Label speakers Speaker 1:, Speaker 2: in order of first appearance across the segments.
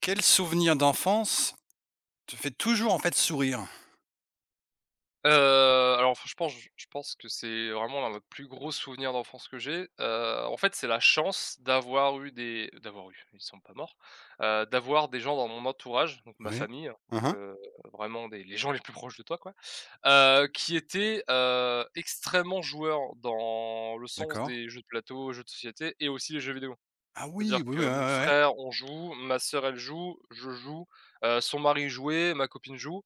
Speaker 1: Quel souvenir d'enfance te fait toujours, en fait, sourire?
Speaker 2: Heu, alors enfin, je pense que c'est vraiment l'un des plus gros souvenirs d'enfance que j'ai. En fait, c'est la chance d'avoir eu, ils sont pas morts, d'avoir des gens dans mon entourage, donc ma
Speaker 1: Oui.
Speaker 2: famille, hein,
Speaker 1: Mmh.
Speaker 2: donc vraiment des les gens les plus proches de toi, quoi, qui étaient, extrêmement joueurs dans le sens
Speaker 1: D'accord.
Speaker 2: des jeux de plateau, jeux de société et aussi les jeux vidéo.
Speaker 1: Ah oui,
Speaker 2: C'est-à-dire
Speaker 1: oui,
Speaker 2: que
Speaker 1: oui, ouais, ouais,
Speaker 2: mon
Speaker 1: ouais.
Speaker 2: frère, on joue, ma sœur, elle joue, je joue, son mari jouait, ma copine joue.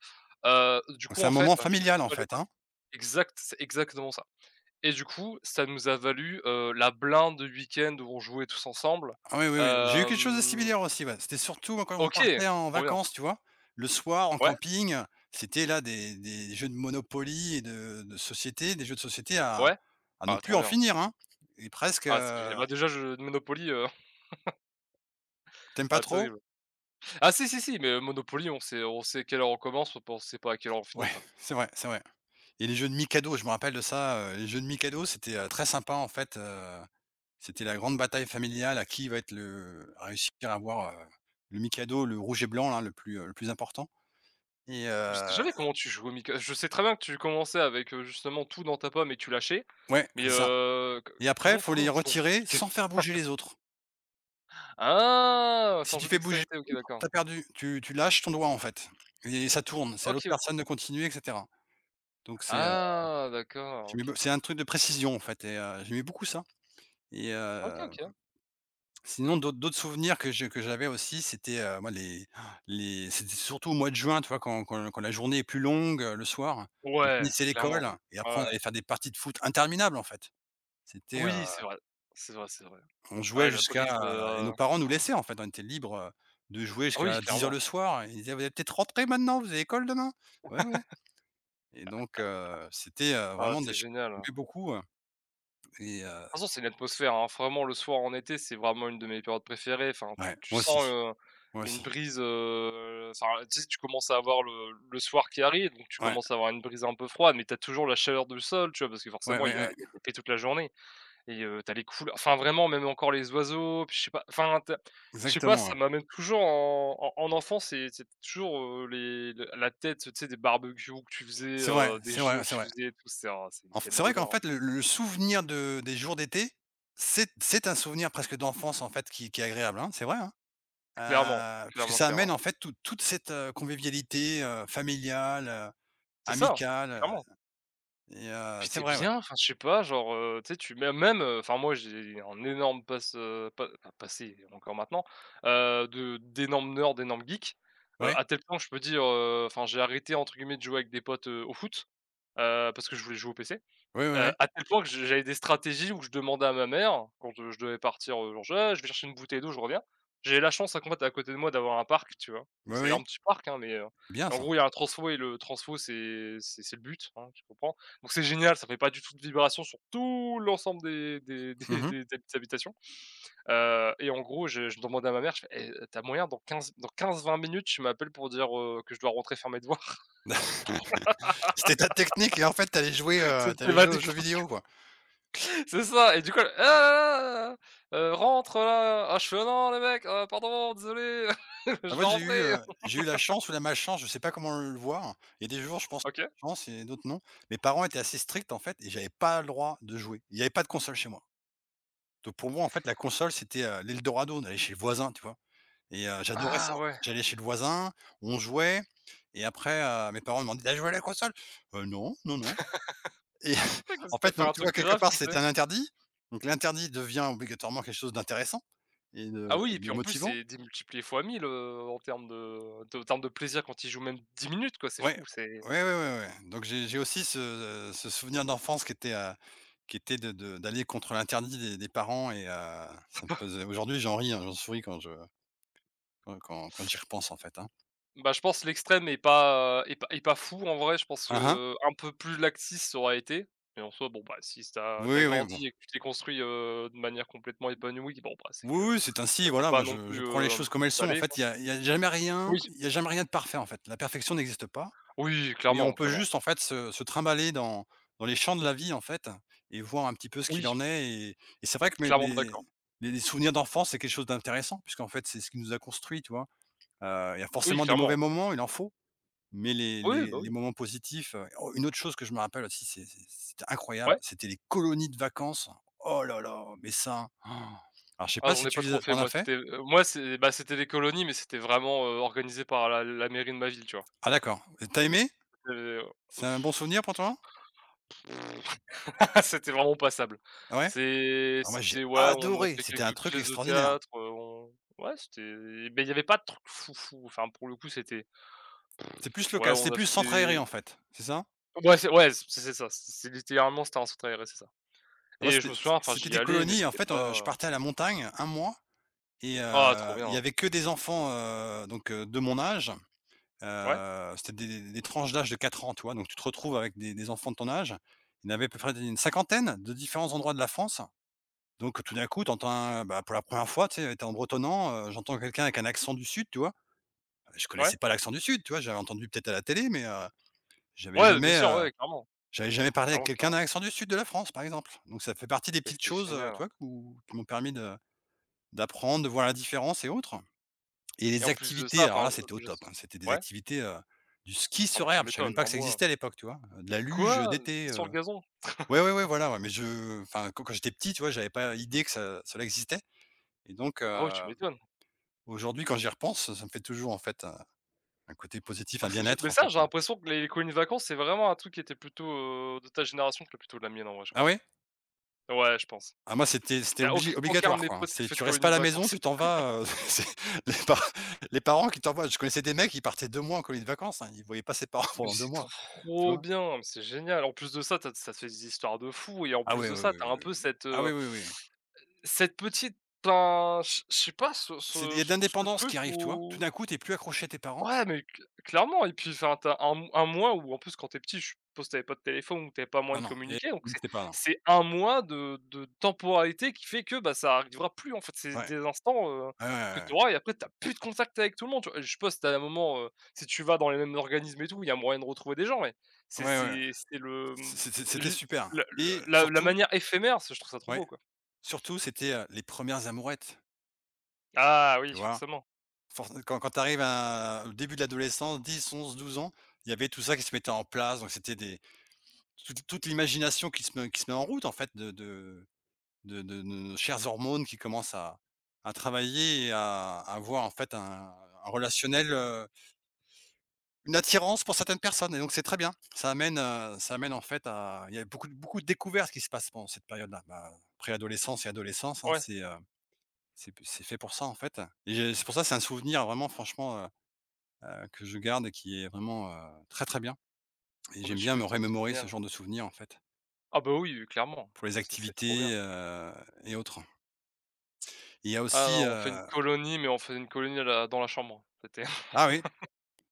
Speaker 2: Du
Speaker 1: Donc
Speaker 2: coup,
Speaker 1: c'est
Speaker 2: en
Speaker 1: un
Speaker 2: fait,
Speaker 1: moment
Speaker 2: bah, je
Speaker 1: familial, en
Speaker 2: à
Speaker 1: fait,
Speaker 2: l'époque.
Speaker 1: hein?
Speaker 2: Exact, c'est exactement ça et du coup, ça nous a valu, la blinde de week-end où on jouait tous ensemble.
Speaker 1: Ah oui, oui, oui. J'ai eu quelque chose de
Speaker 2: Hem,
Speaker 1: similaire aussi, ouais. C'était surtout, moi, quand on
Speaker 2: OK,
Speaker 1: partait en
Speaker 2: trop bien.
Speaker 1: vacances, tu vois? Le soir, en
Speaker 2: Ouais,
Speaker 1: camping, c'était là des jeux de Monopoly et de société, des jeux de société à
Speaker 2: ouais.
Speaker 1: à ne
Speaker 2: Ah
Speaker 1: plus
Speaker 2: trop
Speaker 1: en
Speaker 2: bien.
Speaker 1: finir, hein, et presque,
Speaker 2: Ah c'est génial. Bah, déjà je Monopoly,
Speaker 1: tu pas
Speaker 2: ah
Speaker 1: trop?
Speaker 2: terrible. Ah si, si, si, mais, Monopoly on sait à quelle heure on commence, on sait pas à quelle heure on finit,
Speaker 1: Ouais,
Speaker 2: quoi.
Speaker 1: c'est vrai, c'est vrai, et les jeux de Mikado, je me rappelle de ça, les jeux de Mikado, c'était, très sympa, en fait. C'était la grande bataille familiale à qui va être le à réussir à avoir, le Mikado, le rouge et blanc là, le plus important, et
Speaker 2: Je sais jamais comment tu joues au Mic je sais très bien que tu commençais avec, justement tout dans ta pomme et tu lâchais,
Speaker 1: ouais,
Speaker 2: mais,
Speaker 1: c'est ça,
Speaker 2: co
Speaker 1: et après,
Speaker 2: comment
Speaker 1: faut
Speaker 2: comment
Speaker 1: les
Speaker 2: on joue en fait? Au
Speaker 1: retirer
Speaker 2: Mika?
Speaker 1: sans faire bouger les autres.
Speaker 2: Ah! C'est
Speaker 1: Si
Speaker 2: un
Speaker 1: tu
Speaker 2: jeu de
Speaker 1: fais bouger
Speaker 2: dextérité, OK
Speaker 1: les autres,
Speaker 2: d'accord.
Speaker 1: tu perdu. Tu lâches ton doigt en fait, et ça tourne, c'est à l'autre
Speaker 2: OK, OK.
Speaker 1: personne de continuer et cetera. Donc c'est,
Speaker 2: Ah d'accord,
Speaker 1: j'aimais
Speaker 2: OK.
Speaker 1: beau c'est un truc de précision en fait, et j'aimais beaucoup ça. et
Speaker 2: OK,
Speaker 1: heu
Speaker 2: OK.
Speaker 1: Sinon, d'autres souvenirs que j'avais aussi, c'était, moi, les c'était surtout au mois de juin, tu vois? Quand la journée est plus longue, le soir, on
Speaker 2: Ouais,
Speaker 1: finissait l'école
Speaker 2: clairement.
Speaker 1: et
Speaker 2: Ouais,
Speaker 1: après on
Speaker 2: ouais.
Speaker 1: allait faire des parties de foot interminables, en fait. C'était,
Speaker 2: Oui, c'est vrai. C'est vrai, c'est vrai.
Speaker 1: on
Speaker 2: Ah
Speaker 1: jouait
Speaker 2: la
Speaker 1: jusqu'à
Speaker 2: brise,
Speaker 1: et nos parents nous laissaient, en fait. On était libres, de jouer
Speaker 2: ah oui,
Speaker 1: jusqu'à 10 heures
Speaker 2: clairement.
Speaker 1: le soir. Ils disaient: «Vous êtes peut-être rentrés maintenant, vous avez école demain?» «Ouais, ouais.» Et donc c'était,
Speaker 2: Ah,
Speaker 1: vraiment des
Speaker 2: c'est
Speaker 1: ch
Speaker 2: génial. De
Speaker 1: j'aimais beaucoup. Et heu
Speaker 2: toute façon, c'est une atmosphère, hein. Vraiment le soir en été, c'est vraiment une de mes périodes préférées. Enfin,
Speaker 1: ouais,
Speaker 2: tu
Speaker 1: moi
Speaker 2: sens,
Speaker 1: aussi, moi
Speaker 2: une
Speaker 1: aussi.
Speaker 2: brise, enfin, tu sais, tu commences à avoir le soir qui arrive, donc tu
Speaker 1: Ouais,
Speaker 2: commences à avoir une brise un peu froide, mais tu as toujours la chaleur du sol, tu vois? Parce que
Speaker 1: ouais,
Speaker 2: forcément, il
Speaker 1: ouais,
Speaker 2: y a
Speaker 1: ouais,
Speaker 2: il y a tapé toute la journée. Et tu les couleurs enfin vraiment, même encore les oiseaux, puis je sais pas, enfin tu je sais pas,
Speaker 1: exactement,
Speaker 2: ça
Speaker 1: ouais.
Speaker 2: m'amène toujours en enfance et c'est toujours, les le la tête, tu sais, des barbecues que tu faisais,
Speaker 1: C'est vrai,
Speaker 2: des
Speaker 1: c'est
Speaker 2: jeux
Speaker 1: vrai,
Speaker 2: que
Speaker 1: c'est
Speaker 2: tu
Speaker 1: vrai.
Speaker 2: faisais et tout, c'est oh, c'est
Speaker 1: En
Speaker 2: quel
Speaker 1: C'est vrai qu'en
Speaker 2: bonheur, hein.
Speaker 1: fait, le souvenir de des jours d'été, c'est un souvenir presque d'enfance en fait, qui est agréable, hein, c'est vrai, hein.
Speaker 2: Clairement,
Speaker 1: Puisque
Speaker 2: clairement,
Speaker 1: ça amène
Speaker 2: clairement.
Speaker 1: en fait toute cette, convivialité, familiale,
Speaker 2: C'est ça, hein,
Speaker 1: amicale.
Speaker 2: clairement. Puis
Speaker 1: C'est
Speaker 2: tu
Speaker 1: vrai, ouais.
Speaker 2: bien, enfin je sais pas, genre, tu sais, tu même, enfin moi j'ai un énorme passe, pa enfin passé encore maintenant, de d'énormes nerds, d'énormes geeks,
Speaker 1: Ouais.
Speaker 2: à tel point que je peux dire, enfin j'ai arrêté entre guillemets de jouer avec des potes, au foot. Parce que je voulais jouer au PC,
Speaker 1: Oui, oui, oui.
Speaker 2: à tel point que je j'avais des stratégies où je demandais à ma mère, quand, je devais partir, genre: «Je ah, je vais chercher une bouteille d'eau, je reviens». J'ai la chance, à combattre à côté de moi d'avoir un parc, tu vois?
Speaker 1: Oui,
Speaker 2: Donc c'est
Speaker 1: oui.
Speaker 2: un petit parc, hein, mais,
Speaker 1: C'est bien
Speaker 2: en
Speaker 1: ça.
Speaker 2: gros, il y a un transfo et le transfo, c'est le but, hein, tu comprends? Donc c'est génial, ça fait pas du tout de vibrations sur tout l'ensemble des des
Speaker 1: Mmh.
Speaker 2: des des habitations, et en gros, je demandais à ma mère, je fais: «Eh, tu moyen dans 15, dans 15-20 minutes, tu m'appelles pour dire, que je dois rentrer faire mes devoirs?»
Speaker 1: C'était ta technique, et en fait t'allais jouer,
Speaker 2: C'était
Speaker 1: tu
Speaker 2: ma.
Speaker 1: jouer aux jeux vidéo, quoi.
Speaker 2: C'est ça et du coup elle: «Ah là rentre là!» «Ah» je fais: «Ah non les mecs, pardon, désolé,
Speaker 1: En
Speaker 2: je vais
Speaker 1: fait, j'ai eu,
Speaker 2: rentrer».
Speaker 1: heu, j'ai eu la chance ou la malchance, je sais pas comment le voir. Il y a des jours, je pense
Speaker 2: OK.
Speaker 1: chance et d'autres non. Mes parents étaient assez stricts, en fait, et j'avais pas le droit de jouer. Il y avait pas de console chez moi. Donc pour moi, en fait, la console, c'était, l'Eldorado. On allait chez le voisin, tu vois? Et j'adorais ça.
Speaker 2: Ah ouais.
Speaker 1: J'allais chez le voisin, on jouait, et après, mes parents demandaient: "T'as joué à la console?» Non, non, non.» Et
Speaker 2: Ouais comme
Speaker 1: en
Speaker 2: si tu
Speaker 1: fait,
Speaker 2: fait
Speaker 1: donc
Speaker 2: un
Speaker 1: tu vois,
Speaker 2: truc
Speaker 1: quelque
Speaker 2: grave,
Speaker 1: part,
Speaker 2: tu sais?
Speaker 1: c'était un interdit. Donc l'interdit devient obligatoirement quelque chose d'intéressant et de
Speaker 2: Ah oui et puis
Speaker 1: de
Speaker 2: en plus
Speaker 1: motivant.
Speaker 2: c'est démultiplié fois 1000 en termes de en termes de plaisir quand ils jouent même 10 minutes quoi, c'est
Speaker 1: Ouais.
Speaker 2: fou, c'est
Speaker 1: Ouais, ouais, ouais, ouais. Donc j'ai aussi ce souvenir d'enfance qui était de d'aller contre l'interdit des parents. Ça me faisait, aujourd'hui j'en ris, hein, j'en souris, quand je quand quand quand j'y repense en fait, hein.
Speaker 2: bah je pense que l'extrême est pas, est pas fou en vrai, je pense
Speaker 1: Hein, hein.
Speaker 2: que un peu plus laxiste ça aurait été mais en soi bon bah si t'as
Speaker 1: Oui, oui, bon.
Speaker 2: grandi et que tu t'es construit, de manière complètement épanouie, bon bah c'est que
Speaker 1: Oui, oui, c'est ainsi,
Speaker 2: ça t'a
Speaker 1: voilà, moi
Speaker 2: pas non
Speaker 1: je
Speaker 2: plus,
Speaker 1: je prends les choses comme elles sont. En
Speaker 2: salé
Speaker 1: fait,
Speaker 2: quoi. Oui,
Speaker 1: il y a jamais rien de parfait en fait. La perfection n'existe pas.
Speaker 2: oui,
Speaker 1: Et on
Speaker 2: clairement,
Speaker 1: peut
Speaker 2: clairement.
Speaker 1: juste en fait se trimballer dans les champs de la vie en fait, et voir un petit peu ce qu'il
Speaker 2: Oui,
Speaker 1: en est. Et c'est vrai que, mais
Speaker 2: clairement
Speaker 1: les
Speaker 2: d'accord.
Speaker 1: les les souvenirs d'enfance, c'est quelque chose d'intéressant puisqu'en fait, c'est ce qui nous a construit, tu vois? Il y a
Speaker 2: Oui,
Speaker 1: forcément des mauvais
Speaker 2: clairement.
Speaker 1: moments, il en faut, mais les
Speaker 2: Oui,
Speaker 1: les
Speaker 2: bah,
Speaker 1: les
Speaker 2: oui.
Speaker 1: moments positifs, oh, une autre chose que je me rappelle aussi, c'est c'était incroyable,
Speaker 2: Ouais.
Speaker 1: c'était les colonies de vacances. Oh là là, mais ça, oh. Alors je sais
Speaker 2: Ah,
Speaker 1: pas
Speaker 2: j'en
Speaker 1: si
Speaker 2: ai pas trop
Speaker 1: tu
Speaker 2: fait
Speaker 1: en as
Speaker 2: moi,
Speaker 1: fait?
Speaker 2: c'était, moi c'est bah, c'était des colonies mais c'était vraiment, organisé par la mairie de ma ville, tu vois?
Speaker 1: Ah d'accord, tu as aimé?
Speaker 2: Heu,
Speaker 1: C'est un bon souvenir pour toi?
Speaker 2: C'était vraiment passable.
Speaker 1: Ah ouais?
Speaker 2: C'est
Speaker 1: Ah moi j'ai
Speaker 2: c'était ouais, on a
Speaker 1: adoré,
Speaker 2: fait
Speaker 1: c'était un
Speaker 2: quelques
Speaker 1: truc
Speaker 2: pièces de
Speaker 1: extraordinaire.
Speaker 2: théâtre, on ouais, c'était mais il y avait pas de trucs foufou, enfin pour le coup, c'était
Speaker 1: C'est plus
Speaker 2: ouais,
Speaker 1: local,
Speaker 2: on
Speaker 1: c'est
Speaker 2: a
Speaker 1: plus
Speaker 2: fait
Speaker 1: centre
Speaker 2: des
Speaker 1: aéré en fait, c'est ça?
Speaker 2: ouais, c'est ouais, c'est ça, c'est littéralement c'était un centre aéré, c'est ça
Speaker 1: Moi
Speaker 2: et je
Speaker 1: c'était,
Speaker 2: me souviens, enfin j'y
Speaker 1: des
Speaker 2: allais mais
Speaker 1: colonies en
Speaker 2: c'était
Speaker 1: fait,
Speaker 2: pas,
Speaker 1: je partais à la montagne un mois, et
Speaker 2: ah trop
Speaker 1: il y
Speaker 2: bien!
Speaker 1: avait que des enfants, donc de mon âge,
Speaker 2: Ouais,
Speaker 1: c'était des tranches d'âge de 4 ans, tu vois? Donc tu te retrouves avec des enfants de ton âge. Il y en avait à peu près une cinquantaine de différents endroits de la France. Donc tout d'un coup, t'entends un bah, pour la première fois, tu sais, tu en bretonnant, j'entends quelqu'un avec un accent du sud, tu vois? Je connaissais
Speaker 2: ouais,
Speaker 1: pas l'accent du sud, tu vois? J'avais entendu peut-être à la télé, mais j'avais
Speaker 2: ouais, bien
Speaker 1: jamais,
Speaker 2: sûr, ouais, clairement,
Speaker 1: j'avais jamais parlé avec
Speaker 2: clairement,
Speaker 1: quelqu'un d'un
Speaker 2: clairement.
Speaker 1: accent du sud de la France, par exemple. Donc ça fait partie des
Speaker 2: Mais
Speaker 1: petites
Speaker 2: c'est
Speaker 1: choses,
Speaker 2: génial,
Speaker 1: tu
Speaker 2: hein
Speaker 1: vois, ou qui m'ont permis de d'apprendre, de voir la différence et autres. Et
Speaker 2: et
Speaker 1: les
Speaker 2: en plus de ça,
Speaker 1: activités, alors
Speaker 2: enfin,
Speaker 1: là, c'était au
Speaker 2: je
Speaker 1: top, hein. C'était des
Speaker 2: ouais?
Speaker 1: activités, du ski
Speaker 2: Ah bah,
Speaker 1: sur
Speaker 2: tu
Speaker 1: herbe. Je savais même
Speaker 2: m'étonnes,
Speaker 1: pas
Speaker 2: hein,
Speaker 1: que ça
Speaker 2: moi
Speaker 1: existait à l'époque, tu vois? De la luge,
Speaker 2: quoi?
Speaker 1: d'été,
Speaker 2: Ski sur
Speaker 1: heu.
Speaker 2: le gazon?
Speaker 1: Ouais, ouais, ouais, voilà, ouais, mais je enfin, quand j'étais petit, tu vois, j'avais pas idée que ça cela existait. Et donc,
Speaker 2: Ah ouais, tu m'étonnes.
Speaker 1: aujourd'hui, quand j'y repense, ça me fait toujours, en fait, un côté positif,
Speaker 2: Ah
Speaker 1: un
Speaker 2: c'est gé mais
Speaker 1: bien-être, en
Speaker 2: ça,
Speaker 1: fait.
Speaker 2: j'ai l'impression que les colonies de vacances, c'est vraiment un truc qui était plutôt, de ta génération que plutôt de la mienne, en vrai, je
Speaker 1: Ah
Speaker 2: crois.
Speaker 1: ouais?
Speaker 2: Ouais, je pense.
Speaker 1: Ah moi c'était,
Speaker 2: Il y a
Speaker 1: obli
Speaker 2: aucun de
Speaker 1: obligatoire
Speaker 2: mes
Speaker 1: quoi.
Speaker 2: potes qui a
Speaker 1: C'est
Speaker 2: fait de
Speaker 1: Tu restes pas
Speaker 2: colonies
Speaker 1: à
Speaker 2: de
Speaker 1: la maison,
Speaker 2: vacances.
Speaker 1: tu t'en vas, c'est les pa les parents qui t'envoient. Je connaissais des mecs, ils partaient 2 mois en colonie de vacances, hein, ils voyaient pas ses parents
Speaker 2: Mais
Speaker 1: pendant 2
Speaker 2: c'est
Speaker 1: mois, tu
Speaker 2: trop
Speaker 1: vois?
Speaker 2: bien, mais c'est génial. En plus de ça, t'as, ça te fait des histoires de fou et en
Speaker 1: Ah
Speaker 2: plus
Speaker 1: ouais,
Speaker 2: de
Speaker 1: ouais,
Speaker 2: ça,
Speaker 1: ouais,
Speaker 2: t'as
Speaker 1: ouais,
Speaker 2: un
Speaker 1: ouais.
Speaker 2: peu cette,
Speaker 1: Ah oui, oui, oui.
Speaker 2: cette petite enfin, je sais pas ce
Speaker 1: C'est Il
Speaker 2: ce
Speaker 1: y a de
Speaker 2: ce ce
Speaker 1: l'indépendance
Speaker 2: truc
Speaker 1: qui arrive, tu vois? Tout
Speaker 2: où
Speaker 1: d'un coup, tu es plus accroché à tes parents.
Speaker 2: ouais, mais cl clairement et puis enfin, tu un mois où en plus quand t'es petit, je suppose tu avais pas de téléphone ou t'avais pas moyen
Speaker 1: Non,
Speaker 2: de
Speaker 1: non, il y a
Speaker 2: communiquer donc
Speaker 1: c'était pas, non.
Speaker 2: c'est un mois de temporalité qui fait que, bah, ça arrivera plus en fait.
Speaker 1: Ouais.
Speaker 2: C'est
Speaker 1: Ouais,
Speaker 2: des instants,
Speaker 1: ouais,
Speaker 2: que
Speaker 1: ouais,
Speaker 2: tu
Speaker 1: ouais.
Speaker 2: auras et après t'as plus de contact avec tout le monde, tu vois? Je suppose tu as un moment, si tu vas dans les mêmes organismes et tout, il y a moyen de retrouver des gens, mais
Speaker 1: Ouais,
Speaker 2: c'est
Speaker 1: ouais.
Speaker 2: c'est c'est le,
Speaker 1: C'était
Speaker 2: l
Speaker 1: super,
Speaker 2: la
Speaker 1: et
Speaker 2: la
Speaker 1: surtout
Speaker 2: manière éphémère, je trouve ça trop
Speaker 1: ouais,
Speaker 2: beau, quoi.
Speaker 1: surtout c'était, les premières amourettes,
Speaker 2: Ah oui,
Speaker 1: tu vois?
Speaker 2: forcément.
Speaker 1: Forc quand quand tu arrives au début de l'adolescence, 10, 11, 12 ans, il y avait tout ça qui se mettait en place, donc c'était des toute l'imagination qui se met en route en fait de nos chères hormones qui commencent à travailler et à avoir en fait un relationnel, une attirance pour certaines personnes, et donc c'est très bien. Ça amène en fait, à il y a beaucoup de découvertes qui se passent pendant cette période-là. Bah, préadolescence et adolescence, hein,
Speaker 2: Ouais.
Speaker 1: c'est fait pour ça en fait, et j'ai c'est pour ça, c'est un souvenir vraiment, franchement, que je garde et qui est vraiment, très, très bien, et
Speaker 2: Oh bah,
Speaker 1: j'aime
Speaker 2: tu
Speaker 1: bien me
Speaker 2: m'étonnes, c'est
Speaker 1: remémorer
Speaker 2: génial.
Speaker 1: ce genre de souvenirs, en fait,
Speaker 2: Ah bah, oui, clairement,
Speaker 1: pour les
Speaker 2: c'est trop
Speaker 1: activités.
Speaker 2: bien.
Speaker 1: Et autres. Il y a
Speaker 2: Ah,
Speaker 1: aussi,
Speaker 2: on fait une colonie, mais on faisait une colonie à la dans la chambre. C'était
Speaker 1: ah oui,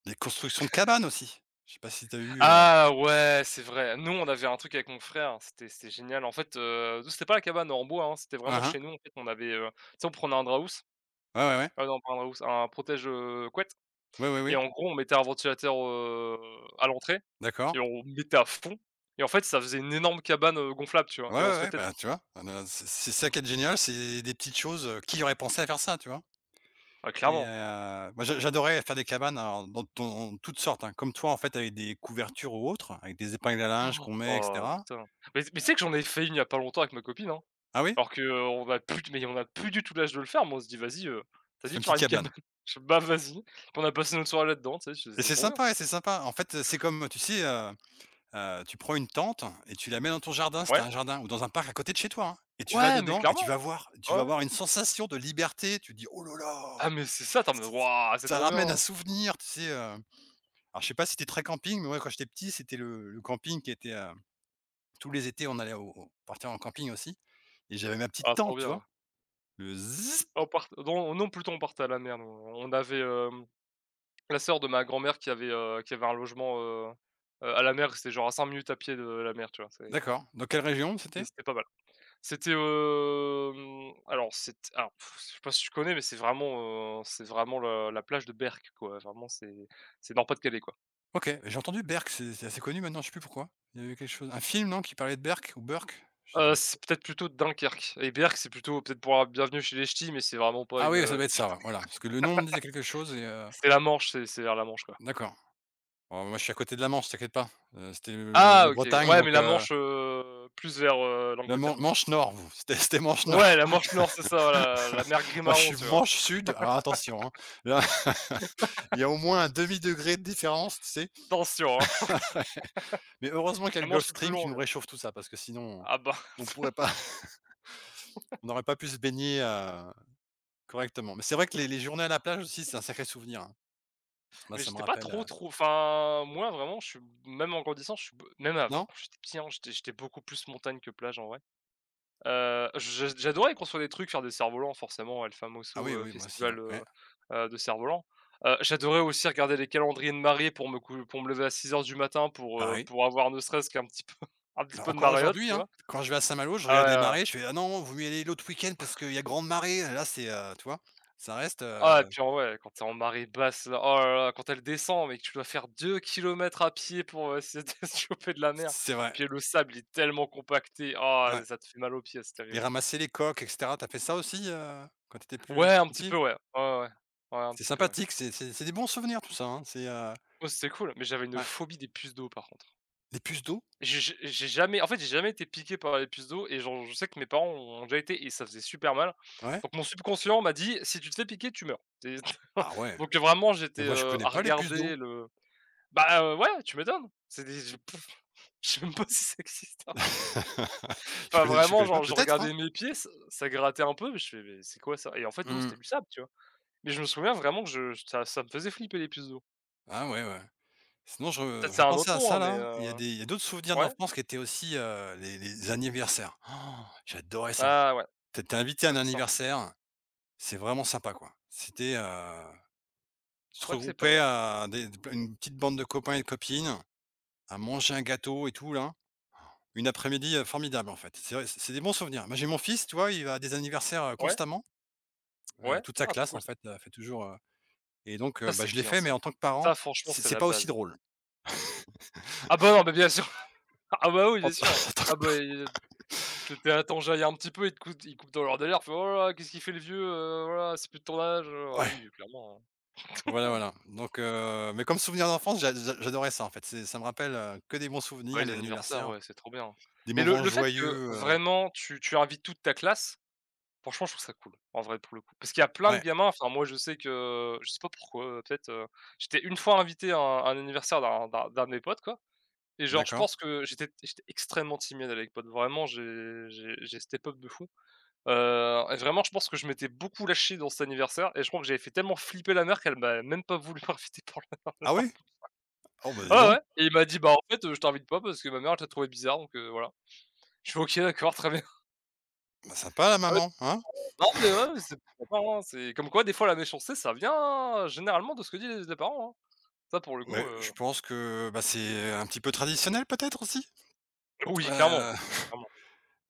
Speaker 1: des constructions de cabanes aussi. Je sais pas si tu as eu.
Speaker 2: ah ouais, c'est vrai. Nous, on avait un truc avec mon frère, c'était génial. En fait, c'était pas la cabane en bois, hein, c'était vraiment
Speaker 1: Hein, hein.
Speaker 2: chez nous. En fait, on avait, tu sais, on prenait un draus
Speaker 1: Ouais, ouais, ouais.
Speaker 2: ah non, pas un draus un protège, couette
Speaker 1: Ouais, ouais,
Speaker 2: et
Speaker 1: ouais.
Speaker 2: en gros, on mettait un ventilateur, à l'entrée et
Speaker 1: D'accord.
Speaker 2: on mettait à fond et en fait, ça faisait une énorme cabane, gonflable, tu vois?
Speaker 1: Ouais,
Speaker 2: Et
Speaker 1: ouais,
Speaker 2: on se
Speaker 1: ouais,
Speaker 2: mettait
Speaker 1: bah,
Speaker 2: dedans.
Speaker 1: tu vois? Bah, c'est ça qui est génial, c'est des petites choses, qui aurait pensé à faire ça, tu vois?
Speaker 2: Ah
Speaker 1: Et
Speaker 2: clairement.
Speaker 1: moi j'adorais faire des cabanes, alors dans toutes sortes, hein, comme toi, en fait, avec des couvertures ou autres, avec des épingles à linge qu'on met, et
Speaker 2: Oh mais
Speaker 1: cetera.
Speaker 2: ça mais tu sais que j'en ai fait une il y a pas longtemps avec ma copine, hein.
Speaker 1: Ah oui?
Speaker 2: Alors que on a plus mais on a plus du tout l'âge de le faire, moi, on se dit: «Vas-y, tu
Speaker 1: C'est
Speaker 2: dit
Speaker 1: une
Speaker 2: de faire
Speaker 1: petite
Speaker 2: une
Speaker 1: cabane?
Speaker 2: cabane». Je fais: «Bah, vas-y». Puis on a passé notre soirée là-dedans, tu sais,
Speaker 1: Et
Speaker 2: c'était
Speaker 1: c'est
Speaker 2: trop bien.
Speaker 1: sympa, et c'est sympa. En fait, c'est comme, tu sais, tu prends une tente et tu la mets dans ton jardin, si t'as
Speaker 2: Ouais,
Speaker 1: un jardin, ou dans un parc à côté de chez toi, hein, et tu vas
Speaker 2: ouais, mais
Speaker 1: dedans et
Speaker 2: clairement,
Speaker 1: tu vas
Speaker 2: ouais, ouais.
Speaker 1: avoir une sensation de liberté. Tu dis: «Oh là là!»
Speaker 2: Ah, mais c'est ça, tu es en
Speaker 1: ç
Speaker 2: mode: «Waouh, c'est
Speaker 1: ça
Speaker 2: trop
Speaker 1: ramène un
Speaker 2: bien!
Speaker 1: souvenir, tu sais, alors je sais pas si t'es très camping, mais ouais, quand j'étais petit, c'était le camping qui était, tous les étés, on allait au au partir en camping aussi, et j'avais ma petite
Speaker 2: Ah, trop
Speaker 1: tente, tu vois?
Speaker 2: bien».
Speaker 1: Le zzz.
Speaker 2: On part non, non, plutôt on partait à la mer, nous. On avait, la sœur de ma grand-mère qui avait un logement, à la mer, c'était genre à 5 minutes à pied de la mer, tu vois? C'est
Speaker 1: D'accord. Dans quelle région
Speaker 2: et
Speaker 1: c'était?
Speaker 2: c'était pas mal. C'était, alors c'est alors pff, je sais pas si tu connais, mais c'est vraiment la plage de Berck quoi, vraiment c'est nord Pas-de-Calais quoi.
Speaker 1: OK, j'ai entendu Berk, c'est assez connu maintenant, je sais plus pourquoi. Il y avait quelque chose, un film, non, qui parlait de Berk ou Burk? Je sais plus.
Speaker 2: C'est peut-être plutôt Dunkerque et Berck c'est plutôt peut-être pour la bienvenue chez les ch'tis mais c'est vraiment pas
Speaker 1: Ah
Speaker 2: une,
Speaker 1: oui, ça doit être ça, ouais, voilà, parce que le nom me disait quelque chose.
Speaker 2: c'est la Manche, c'est vers la Manche quoi.
Speaker 1: D'accord. Oh, moi, je suis à côté de la Manche, t'inquiète pas. C'était le
Speaker 2: Ah
Speaker 1: la
Speaker 2: OK,
Speaker 1: Bretagne,
Speaker 2: ouais mais
Speaker 1: donc
Speaker 2: la Manche, plus vers,
Speaker 1: la
Speaker 2: l'Angleterre
Speaker 1: Man
Speaker 2: quoi.
Speaker 1: Manche Nord, vous, c'était c'était Manche
Speaker 2: Ouais
Speaker 1: Nord.
Speaker 2: la Manche Nord c'est ça, voilà, la mer
Speaker 1: Moi, je
Speaker 2: Gris-Marron
Speaker 1: suis
Speaker 2: tu vois?
Speaker 1: Manche Sud, alors attention, hein. Là, il y a au moins un demi degré de différence, tu sais?
Speaker 2: Attention hein,
Speaker 1: Mais heureusement qu'il y a
Speaker 2: la
Speaker 1: le Gulf
Speaker 2: Manche est plus
Speaker 1: Stream qui
Speaker 2: longue,
Speaker 1: nous
Speaker 2: hein.
Speaker 1: réchauffe tout ça, parce que sinon,
Speaker 2: Ah bah
Speaker 1: on pourrait pas on n'aurait pas pu se baigner, correctement. Mais c'est vrai que les journées à la plage aussi, c'est un sacré souvenir, hein. Moi,
Speaker 2: Mais
Speaker 1: ça me
Speaker 2: j'étais pas
Speaker 1: rappelle,
Speaker 2: trop trop enfin, moi vraiment, je suis même en grandissant, je suis b même avant
Speaker 1: non?
Speaker 2: quand j'étais petit, hein, j'étais beaucoup plus montagne que plage en vrai. Je j'adorais construire des trucs, faire des cerfs-volants forcément, El
Speaker 1: Ah
Speaker 2: Famoso,
Speaker 1: oui, oui, moi aussi, ouais,
Speaker 2: festival,
Speaker 1: ouais,
Speaker 2: de cerfs-volants. J'adorais aussi regarder les calendriers de marée pour me cou pour me lever à 6 heures du matin
Speaker 1: pareil.
Speaker 2: pour avoir ne serait-ce qu'un petit peu un petit
Speaker 1: Bah,
Speaker 2: peu de
Speaker 1: encore
Speaker 2: maréotte,
Speaker 1: aujourd'hui,
Speaker 2: tu
Speaker 1: hein,
Speaker 2: vois?
Speaker 1: quand je vais à Saint-Malo, je
Speaker 2: Ah
Speaker 1: regarde
Speaker 2: ouais,
Speaker 1: les
Speaker 2: ouais, ouais.
Speaker 1: marées, je fais: «Ah non, vous mieux y aller l'autre week-end parce qu'il y a grande marée». Là, c'est, tu vois? Ça reste,
Speaker 2: Ah, et puis en ouais, quand t'es en marée basse là, oh là là, quand elle descend mais que tu dois faire 2 kilomètres à pied pour, essayer de se choper de la mer.
Speaker 1: c'est vrai,
Speaker 2: Puis le sable, il est tellement compacté, ah
Speaker 1: ouais
Speaker 2: ça te fait mal aux pieds, c'est
Speaker 1: et
Speaker 2: terrible.
Speaker 1: ramasser les coques et cetera. Tu fait ça aussi, quand t'étais plus
Speaker 2: Ouais,
Speaker 1: plus
Speaker 2: un petit peu,
Speaker 1: petit?
Speaker 2: ouais. Ouais, ouais, ouais. Ouais, un
Speaker 1: C'est
Speaker 2: petit peu, ouais.
Speaker 1: sympathique, c'est des bons souvenirs tout ça, hein. C'est,
Speaker 2: Oh, c'était cool, mais j'avais une
Speaker 1: ouais.
Speaker 2: phobie des puces d'eau par contre.
Speaker 1: Les puces d'eau?
Speaker 2: J'ai jamais en fait, j'ai jamais été piqué par les puces d'eau et genre je sais que mes parents ont déjà été et ça faisait super mal.
Speaker 1: Ouais?
Speaker 2: Donc mon subconscient m'a dit: «Si tu te fais piquer, tu meurs». C'est
Speaker 1: Ah ouais,
Speaker 2: donc vraiment j'étais,
Speaker 1: mais moi, je connais
Speaker 2: à
Speaker 1: pas les puces
Speaker 2: regarder
Speaker 1: d'eau.
Speaker 2: le. Bah, ouais, tu m'étonnes. C'est des je pouf, je sais même pas si ça existe un jour.
Speaker 1: Je
Speaker 2: Enfin
Speaker 1: connais je
Speaker 2: vraiment,
Speaker 1: connais
Speaker 2: genre
Speaker 1: pas,
Speaker 2: je
Speaker 1: peut-être, hein?
Speaker 2: regardais mes pieds, ça grattait un peu, mais je fais: «Mais c'est quoi ça?» Et en fait non,
Speaker 1: Mmh.
Speaker 2: c'était du sable, tu vois? Mais je me souviens vraiment que je ça ça me faisait flipper les puces d'eau.
Speaker 1: Ah ouais, ouais. Sinon je
Speaker 2: Peut-être c'est
Speaker 1: j'en
Speaker 2: un autre
Speaker 1: pensais à
Speaker 2: nom,
Speaker 1: ça
Speaker 2: hein, mais
Speaker 1: là, il y a des il y a d'autres souvenirs
Speaker 2: ouais?
Speaker 1: d'enfance qui étaient aussi, les anniversaires. Oh, j'adorais ça.
Speaker 2: Ah ouais,
Speaker 1: T'es étais invité à
Speaker 2: ça
Speaker 1: un
Speaker 2: c'est symp
Speaker 1: anniversaire, c'est vraiment sympa quoi. C'était, tu
Speaker 2: c'est
Speaker 1: te
Speaker 2: vrai que c'est pas
Speaker 1: regroupais
Speaker 2: mal.
Speaker 1: à des une petite bande de copains et de copines, à manger un gâteau et tout là. Une après-midi, formidable en fait. C'est vrai, c'est des bons souvenirs. Moi j'ai mon fils, tu vois, il a des anniversaires,
Speaker 2: Ouais,
Speaker 1: constamment,
Speaker 2: ouais,
Speaker 1: toute sa
Speaker 2: ah trop
Speaker 1: classe
Speaker 2: cool
Speaker 1: en
Speaker 2: ça.
Speaker 1: fait, fait toujours, et donc,
Speaker 2: Ça
Speaker 1: bah,
Speaker 2: c'est
Speaker 1: je l'ai
Speaker 2: bien
Speaker 1: fait mais
Speaker 2: ça.
Speaker 1: en tant que parent,
Speaker 2: Ça franchement,
Speaker 1: c'est
Speaker 2: c'est
Speaker 1: c'est
Speaker 2: la
Speaker 1: pas aussi
Speaker 2: base.
Speaker 1: drôle.
Speaker 2: Ah bah non, mais bien sûr. Ah bah oui,
Speaker 1: En
Speaker 2: bien
Speaker 1: tant
Speaker 2: sûr. Ah bah il Tu t'es «Attends, j'aille un petit peu», ils coupent dans leur délire, ils font: «Oh là là, qu'est-ce qu'il fait le vieux, oh c'est plus de ton âge». Ah
Speaker 1: ouais.
Speaker 2: oui, clairement, hein.
Speaker 1: Voilà, voilà. Donc mais comme souvenir d'enfance, j'adorais ça, en fait. C'est ça me rappelle, que des bons
Speaker 2: Bah,
Speaker 1: souvenirs,
Speaker 2: les
Speaker 1: les
Speaker 2: anniversaires,
Speaker 1: anniversaires,
Speaker 2: ouais, c'est trop bien.
Speaker 1: des
Speaker 2: Mais le
Speaker 1: moments
Speaker 2: le fait que
Speaker 1: joyeux,
Speaker 2: vraiment tu invites toute ta classe, franchement, je trouve ça cool, en vrai, pour le coup. Parce qu'il y a plein de
Speaker 1: ouais,
Speaker 2: gamins, enfin, moi, je sais que je sais pas pourquoi, peut-être, j'étais une fois invité à un anniversaire d'un de mes potes, quoi. Et genre, je
Speaker 1: d'accord.
Speaker 2: pense que j'étais extrêmement timide à l'époque, vraiment, j'ai step up de fou, et vraiment, je pense que je m'étais beaucoup lâché dans cet anniversaire et je crois que j'avais fait tellement flipper la mère qu'elle m'a même pas voulu m'inviter pour le.
Speaker 1: Ah oui? Oh, bah, dis
Speaker 2: Ouais, ouais,
Speaker 1: donc,
Speaker 2: et il m'a dit: «Bah, en fait, je t'invite pas parce que ma mère, elle t'a trouvé bizarre donc voilà». Je fais: «OK, d'accord, très bien».
Speaker 1: bah, sympa la
Speaker 2: Ouais,
Speaker 1: maman, hein?
Speaker 2: non, mais ouais, c'est pourquoi pas, hein, c'est comme quoi des fois la méchanceté ça vient généralement de ce que disent les parents, hein. Ça pour le coup,
Speaker 1: Ouais, je pense que, bah, c'est un petit peu traditionnel peut-être aussi?
Speaker 2: oui clairement,
Speaker 1: Heu
Speaker 2: clairement,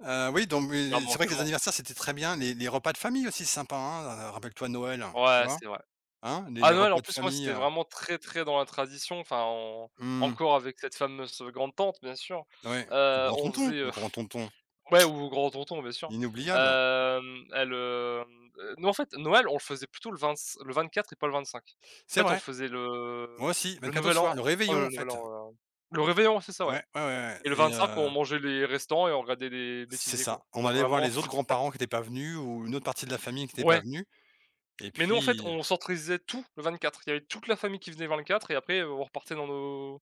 Speaker 1: oui, donc mais
Speaker 2: clairement,
Speaker 1: c'est vrai que les
Speaker 2: clairement.
Speaker 1: anniversaires, c'était très bien. Les repas de famille aussi, c'est sympa, hein? Rappelle-toi Noël, tu
Speaker 2: Ouais,
Speaker 1: vois?
Speaker 2: c'est vrai.
Speaker 1: Hein? Les
Speaker 2: À
Speaker 1: les
Speaker 2: Noël en
Speaker 1: repas de
Speaker 2: plus moi
Speaker 1: famille,
Speaker 2: c'était vraiment très, très dans la tradition, enfin en
Speaker 1: mmh,
Speaker 2: encore avec cette fameuse, grande tante bien sûr,
Speaker 1: ouais,
Speaker 2: on faisait
Speaker 1: le grand tonton,
Speaker 2: Ouais ou grand tonton, bien sûr.
Speaker 1: inoubliable.
Speaker 2: Hem, elle, hem, nous, en fait, Noël, on le faisait plutôt le 24 et pas le 25. En
Speaker 1: C'est
Speaker 2: fait, on le
Speaker 1: vrai,
Speaker 2: faisait le
Speaker 1: moi aussi, même,
Speaker 2: le
Speaker 1: au
Speaker 2: nouvel
Speaker 1: soir,
Speaker 2: an.
Speaker 1: le
Speaker 2: Oh,
Speaker 1: réveillon, en
Speaker 2: le nouvel
Speaker 1: fait.
Speaker 2: an, le réveillon, c'est ça, ouais.
Speaker 1: Ouais, ouais, ouais, ouais
Speaker 2: Et le
Speaker 1: et
Speaker 2: 25 on mangeait les restants et on regardait les
Speaker 1: c'est
Speaker 2: bêtisiers, quoi.
Speaker 1: ça. On
Speaker 2: Enfin,
Speaker 1: allait voir
Speaker 2: vraiment
Speaker 1: les autres grands-parents qui n'étaient pas venus ou une autre partie de la famille qui n'était pas
Speaker 2: ouais.
Speaker 1: venue et
Speaker 2: Mais nous, en fait,
Speaker 1: puis
Speaker 2: on centralisait tout le 24. Il y avait toute la famille qui venait le 24 et après, on repartait dans nos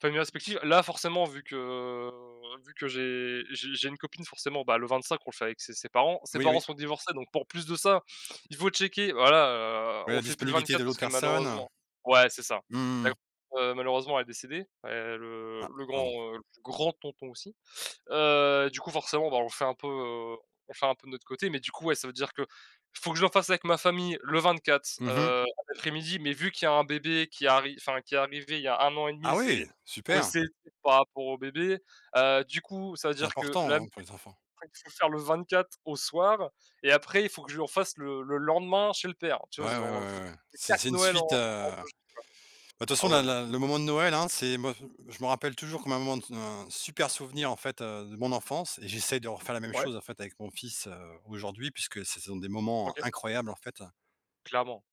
Speaker 2: familles respectives. Là, forcément, vu que j'ai une copine, forcément, bah, le 25, on le fait avec ses parents. Ses
Speaker 1: oui,
Speaker 2: parents
Speaker 1: oui,
Speaker 2: sont divorcés, donc pour plus de ça, il faut checker voilà,
Speaker 1: oui,
Speaker 2: on le
Speaker 1: la
Speaker 2: fait plus le
Speaker 1: disponibilité de
Speaker 2: 24 parce
Speaker 1: l'autre
Speaker 2: que
Speaker 1: personne.
Speaker 2: malheureusement ouais, c'est ça. La
Speaker 1: Mmh.
Speaker 2: grande, malheureusement, elle est décédée,
Speaker 1: Ah pardon.
Speaker 2: le grand tonton aussi. Du coup, forcément, bah, on fait un peu, on fait un peu de notre côté, mais du coup, ouais, ça veut dire que faut que je le fasse avec ma famille le 24,
Speaker 1: Mmh.
Speaker 2: en après-midi, mais vu qu'il y a un bébé qui arrive, enfin, qui est arrivé il y a 1 an et demi,
Speaker 1: Ah oui,
Speaker 2: c'est faut
Speaker 1: super,
Speaker 2: essayer par rapport au bébé. Du coup, ça veut
Speaker 1: c'est
Speaker 2: dire que là,
Speaker 1: important, hein, pour les enfants.
Speaker 2: il faut faire le 24 au soir et après il faut que je lui fasse le lendemain chez le père. Tu
Speaker 1: Ouais,
Speaker 2: vois?
Speaker 1: ouais,
Speaker 2: C'est
Speaker 1: ouais,
Speaker 2: genre, j'ai
Speaker 1: ouais, ouais.
Speaker 2: 4
Speaker 1: C'est une
Speaker 2: Noël en
Speaker 1: suite,
Speaker 2: en 2 jours.
Speaker 1: bah, de toute façon
Speaker 2: Ah
Speaker 1: la
Speaker 2: ouais.
Speaker 1: la le moment de Noël, hein, c'est moi, je me rappelle toujours comme un moment de un super souvenir en fait, de mon enfance et j'essaie de refaire la même
Speaker 2: Ouais,
Speaker 1: chose en fait avec mon fils, aujourd'hui puisque ce sont des moments
Speaker 2: OK,
Speaker 1: incroyables en fait.
Speaker 2: clairement.